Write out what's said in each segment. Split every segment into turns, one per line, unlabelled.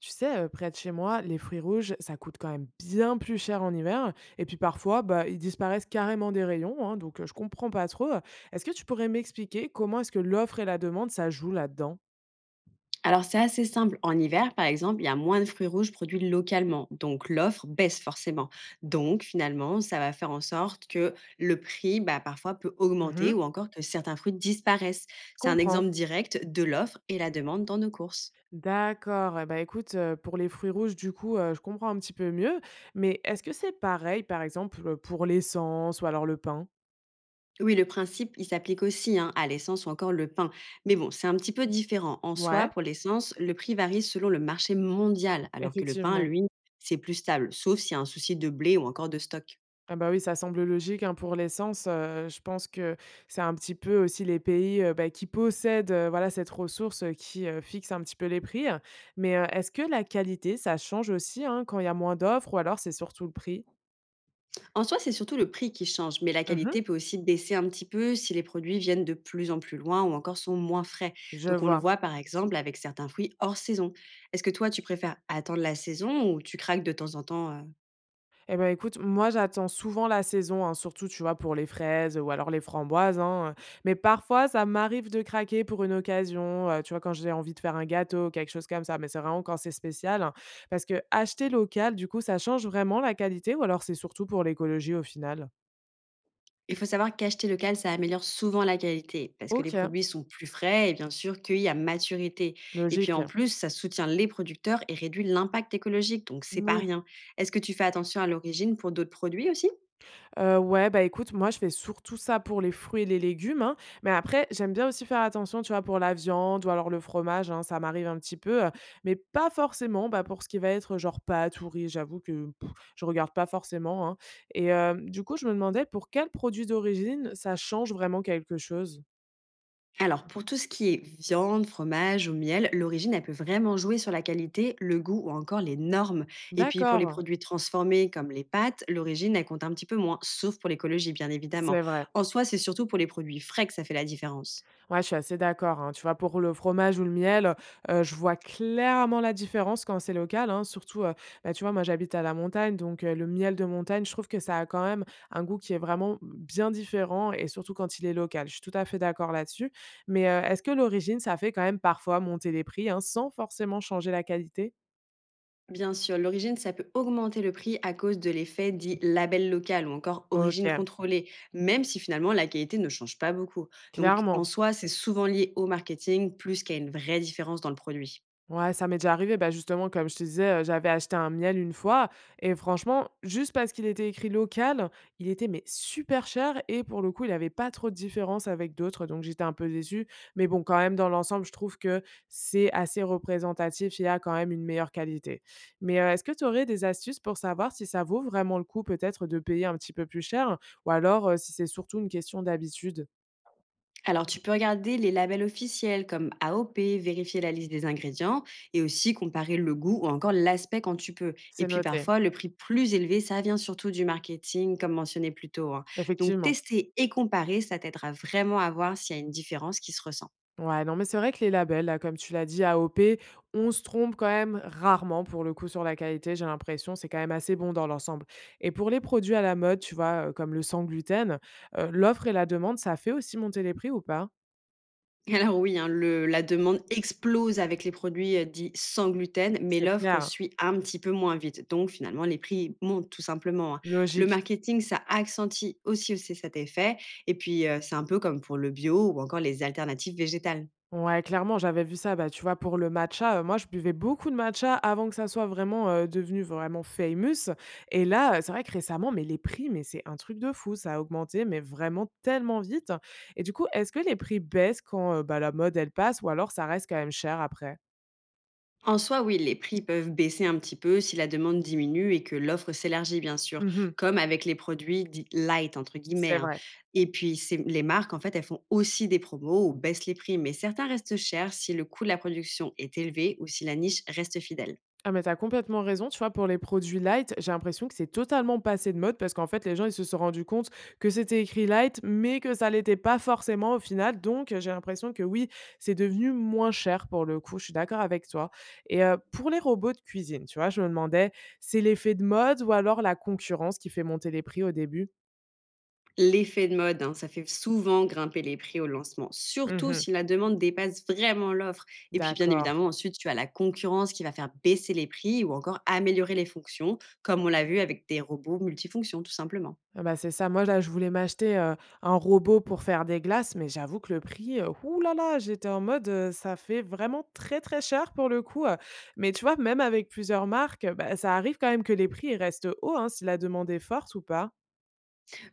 Tu sais, près de chez moi, les fruits rouges, ça coûte quand même bien plus cher en hiver et puis parfois, bah, ils disparaissent carrément des rayons, hein, donc je comprends pas trop. Est-ce que tu pourrais m'expliquer comment est-ce que l'offre et la demande, ça joue là-dedans?
Alors c'est assez simple. En hiver, par exemple, il y a moins de fruits rouges produits localement, donc l'offre baisse forcément. Donc finalement, ça va faire en sorte que le prix, bah, parfois, peut augmenter
Mmh.
ou encore que certains fruits disparaissent.
Je
C'est un exemple
comprends.
direct de l'offre et la demande dans nos courses.
D'accord, eh bah, écoute, pour les fruits rouges, du coup, je comprends un petit peu mieux, mais est-ce que c'est pareil, par exemple, pour l'essence ou alors le pain?
Oui, le principe, il s'applique aussi, hein, à l'essence ou encore le pain. Mais bon, c'est un petit peu différent. En soi,
Ouais,
pour l'essence, le prix varie selon le marché mondial, alors que le pain,
effectivement.
lui, c'est plus stable, sauf s'il y a un souci de blé ou encore de stock.
Ah bah oui, ça semble logique hein, pour l'essence. Je pense que c'est un petit peu aussi les pays bah, qui possèdent voilà, cette ressource qui fixe un petit peu les prix. Mais est-ce que la qualité, ça change aussi hein, quand il y a moins d'offres ou alors c'est surtout le prix?
En soi, c'est surtout le prix qui change, mais la
Mhm.
qualité peut aussi baisser un petit peu si les produits viennent de plus en plus loin ou encore sont moins frais.
Je
Donc on le voit
vois.
par exemple avec certains fruits hors saison. Est-ce que toi, tu préfères attendre la saison ou tu craques de temps en temps
Eh ben, écoute, moi, j'attends souvent la saison, hein, surtout, tu vois, pour les fraises ou alors les framboises, hein, mais parfois, ça m'arrive de craquer pour une occasion, tu vois, quand j'ai envie de faire un gâteau, quelque chose comme ça, mais c'est vraiment quand c'est spécial, hein, parce que acheter local, du coup, ça change vraiment la qualité ou alors c'est surtout pour l'écologie au final?
Il faut savoir qu'acheter local, ça améliore souvent la qualité parce que les
OK,
produits sont plus frais et bien sûr cueillis à maturité. Et puis
logique.
en plus, ça soutient les producteurs et réduit l'impact écologique, donc c'est pas
Oui.
rien. Est-ce que tu fais attention à l'origine pour d'autres produits aussi?
Ouais, bah, écoute, moi, je fais surtout ça pour les fruits et les légumes, hein, mais après, j'aime bien aussi faire attention, tu vois, pour la viande ou alors le fromage, hein, ça m'arrive un petit peu, mais pas forcément, bah, pour ce qui va être, genre, pâtes ou riz, j'avoue que pff, je regarde pas forcément, hein et du coup, je me demandais pour quels produits d'origine ça change vraiment quelque chose?
Alors, pour tout ce qui est viande, fromage ou miel, l'origine, elle peut vraiment jouer sur la qualité, le goût ou encore les normes. Et puis, pour les
D'accord,
produits transformés comme les pâtes, l'origine, elle compte un petit peu moins, sauf pour l'écologie, bien évidemment.
c'est vrai.
En soi, c'est surtout pour les produits frais que ça fait la différence.
Ouais, je suis assez d'accord, hein. Tu vois, pour le fromage ou le miel, je vois clairement la différence quand c'est local, hein. Surtout, bah, tu vois, moi, j'habite à la montagne, donc le miel de montagne, je trouve que ça a quand même un goût qui est vraiment bien différent et surtout quand il est local. Je suis tout à fait d'accord là-dessus. Mais est-ce que l'origine, ça fait quand même parfois monter les prix, hein, sans forcément changer la qualité?
Bien sûr, l'origine, ça peut augmenter le prix à cause de l'effet dit label local ou encore origine
OK,
contrôlée, même si finalement la qualité ne change pas beaucoup. Donc, en
clairement.
soi, c'est souvent lié au marketing plus qu'à une vraie différence dans le produit.
Ouais, ça m'est déjà arrivé. Bah, justement, comme je te disais, j'avais acheté un miel une fois et franchement, juste parce qu'il était écrit local, il était mais super cher et pour le coup, il avait pas trop de différence avec d'autres, donc j'étais un peu déçue. Mais bon, quand même, dans l'ensemble, je trouve que c'est assez représentatif, il y a quand même une meilleure qualité. Mais, est-ce que tu aurais des astuces pour savoir si ça vaut vraiment le coup peut-être de payer un petit peu plus cher ou alors, si c'est surtout une question d'habitude?
Alors, tu peux regarder les labels officiels comme AOP, vérifier la liste des ingrédients et aussi comparer le goût ou encore l'aspect quand tu peux. Et
C'est
puis
noté,
parfois, le prix plus élevé, ça vient surtout du marketing, comme mentionné plus tôt, hein. Donc,
effectivement.
tester et comparer, ça t'aidera vraiment à voir s'il y a une différence qui se ressent.
Ouais, non, mais c'est vrai que les labels, là, comme tu l'as dit, AOP, on se trompe quand même rarement pour le coup sur la qualité. J'ai l'impression, c'est quand même assez bon dans l'ensemble. Et pour les produits à la mode, tu vois, comme le sans gluten, l'offre et la demande, ça fait aussi monter les prix ou pas?
Alors oui, hein, le la demande explose avec les produits, dits sans gluten, mais
C'est
l'offre
clair.
suit un petit peu moins vite. Donc finalement, les prix montent tout simplement, hein. Le
Logique.
marketing, ça accentue aussi cet effet, et puis, c'est un peu comme pour le bio ou encore les alternatives végétales.
Ouais, clairement, j'avais vu ça. Bah, tu vois, pour le matcha, moi, je buvais beaucoup de matcha avant que ça soit vraiment, devenu vraiment famous et là, c'est vrai que récemment, mais les prix, mais c'est un truc de fou. Ça a augmenté, mais vraiment tellement vite et du coup, est-ce que les prix baissent quand, bah, la mode, elle passe ou alors ça reste quand même cher après?
En soi, oui, les prix peuvent baisser un petit peu si la demande diminue et que l'offre s'élargit, bien sûr,
Mmh.
comme avec les produits dits light, entre guillemets,
C'est
hein.
vrai.
Et puis, les marques, en fait, elles font aussi des promos ou baissent les prix, mais certains restent chers si le coût de la production est élevé ou si la niche reste fidèle.
Ah mais t'as complètement raison, tu vois, pour les produits light, j'ai l'impression que c'est totalement passé de mode parce qu'en fait, les gens, ils se sont rendus compte que c'était écrit light, mais que ça l'était pas forcément au final. Donc, j'ai l'impression que oui, c'est devenu moins cher pour le coup. Je suis d'accord avec toi. Et pour les robots de cuisine, tu vois, je me demandais, c'est l'effet de mode ou alors la concurrence qui fait monter les prix au début?
L'effet de mode, hein, ça fait souvent grimper les prix au lancement, surtout
Mmh.
si la demande dépasse vraiment l'offre. Et puis, bien
D'accord.
évidemment, ensuite, tu as la concurrence qui va faire baisser les prix ou encore améliorer les fonctions, comme on l'a vu avec des robots multifonctions, tout simplement.
Ah bah, c'est ça. Moi, là, je voulais m'acheter, un robot pour faire des glaces, mais j'avoue que le prix, ouh là là, j'étais en mode, ça fait vraiment très, très cher pour le coup, mais tu vois, même avec plusieurs marques, bah, ça arrive quand même que les prix, ils restent hauts, hein, si la demande est forte ou pas?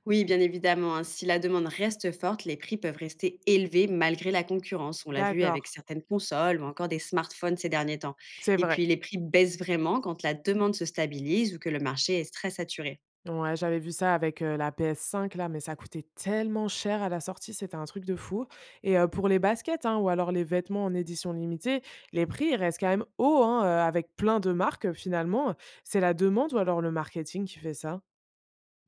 Oui, bien évidemment, hein, si la demande reste forte, les prix peuvent rester élevés malgré la concurrence. On l'a vu
D'accord,
avec certaines consoles ou encore des smartphones ces derniers temps.
c'est
Et
vrai.
puis les prix baissent vraiment quand la demande se stabilise ou que le marché est très saturé.
Ouais, j'avais vu ça avec, la PS5 là, mais ça coûtait tellement cher à la sortie, c'était un truc de fou et pour les baskets, hein, ou alors les vêtements en édition limitée, les prix, ils restent quand même hauts, hein, avec plein de marques, finalement, c'est la demande ou alors le marketing qui fait ça?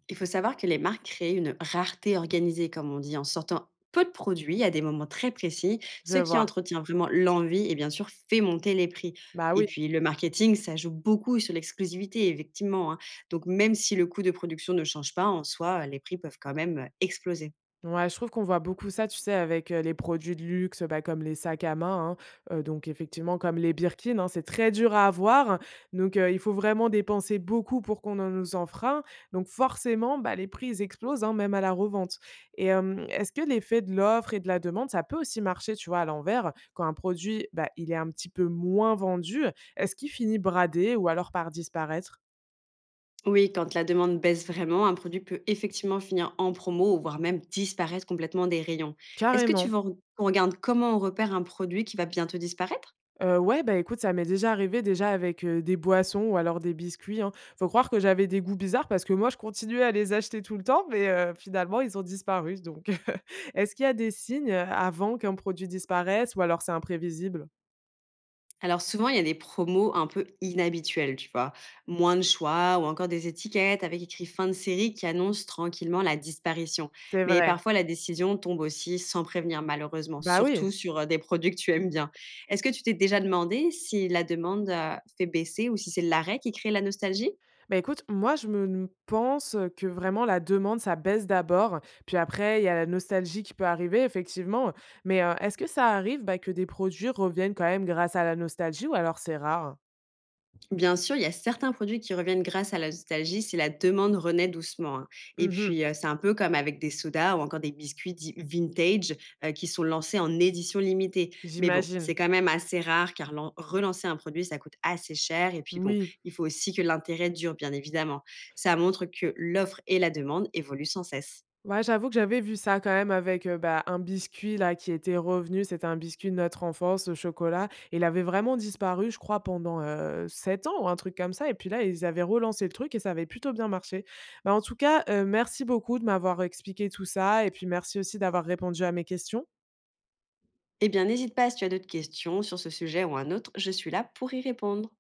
Il faut savoir que les marques créent une rareté organisée, comme on dit, en sortant peu de produits à des moments très précis, ce
Je
qui
vois.
entretient vraiment l'envie et bien sûr fait monter les prix.
Bah
Et
oui.
puis le marketing, ça joue beaucoup sur l'exclusivité, effectivement, hein. Donc même si le coût de production ne change pas, en soi, les prix peuvent quand même exploser.
Ouais, je trouve qu'on voit beaucoup ça, tu sais, avec, les produits de luxe, bah, comme les sacs à main, hein, donc effectivement comme les Birkin, hein, c'est très dur à avoir, donc il faut vraiment dépenser beaucoup pour qu'on en nous enfreint, donc forcément, bah, les prix, ils explosent, hein, même à la revente et est-ce que l'effet de l'offre et de la demande, ça peut aussi marcher, tu vois, à l'envers? Quand un produit, bah, il est un petit peu moins vendu, est-ce qu'il finit bradé ou alors par disparaître?
Oui, quand la demande baisse vraiment, un produit peut effectivement finir en promo, voire même disparaître complètement des rayons. Est-ce que tu
Carrément.
veux qu'on regarde comment on repère un produit qui va bientôt disparaître?
Ouais, bah, écoute, ça m'est déjà arrivé déjà avec, des boissons ou alors des biscuits, hein. Faut croire que j'avais des goûts bizarres parce que moi, je continuais à les acheter tout le temps, mais finalement, ils ont disparu donc est-ce qu'il y a des signes, avant qu'un produit disparaisse ou alors c'est imprévisible?
Alors souvent, il y a des promos un peu inhabituelles, tu vois. Moins de choix ou encore des étiquettes avec écrit fin de série qui annoncent tranquillement la disparition.
C'est
Mais
vrai.
parfois, la décision tombe aussi sans prévenir, malheureusement,
Bah, oui.
surtout sur des produits que tu aimes bien. Est-ce que tu t'es déjà demandé si la demande fait baisser ou si c'est l'arrêt qui crée la nostalgie?
Bah, écoute, moi, je me n pense que vraiment la demande, ça baisse d'abord, puis après il y a la nostalgie qui peut arriver effectivement, mais est-ce que ça arrive, bah, que des produits reviennent quand même grâce à la nostalgie ou alors c'est rare?
Bien sûr, il y a certains produits qui reviennent grâce à la nostalgie si la demande renaît doucement, hein. Et
Mmh.
puis, c'est un peu comme avec des sodas ou encore des biscuits dits vintage, qui sont lancés en édition limitée. Mais bon,
J'imagine.
c'est quand même assez rare car relancer un produit, ça coûte assez cher. Et puis, bon,
Oui.
il faut aussi que l'intérêt dure, bien évidemment. Ça montre que l'offre et la demande évoluent sans cesse.
Ouais, j'avoue que j'avais vu ça quand même avec, bah, un biscuit là qui était revenu. C'était un biscuit de notre enfance au chocolat et il avait vraiment disparu, je crois, pendant, 7 ans ou un truc comme ça et puis là, ils avaient relancé le truc et ça avait plutôt bien marché. Bah, en tout cas, merci beaucoup de m'avoir expliqué tout ça et puis merci aussi d'avoir répondu à mes questions.
Eh bien, n'hésite pas si tu as d'autres questions sur ce sujet ou un autre, je suis là pour y répondre.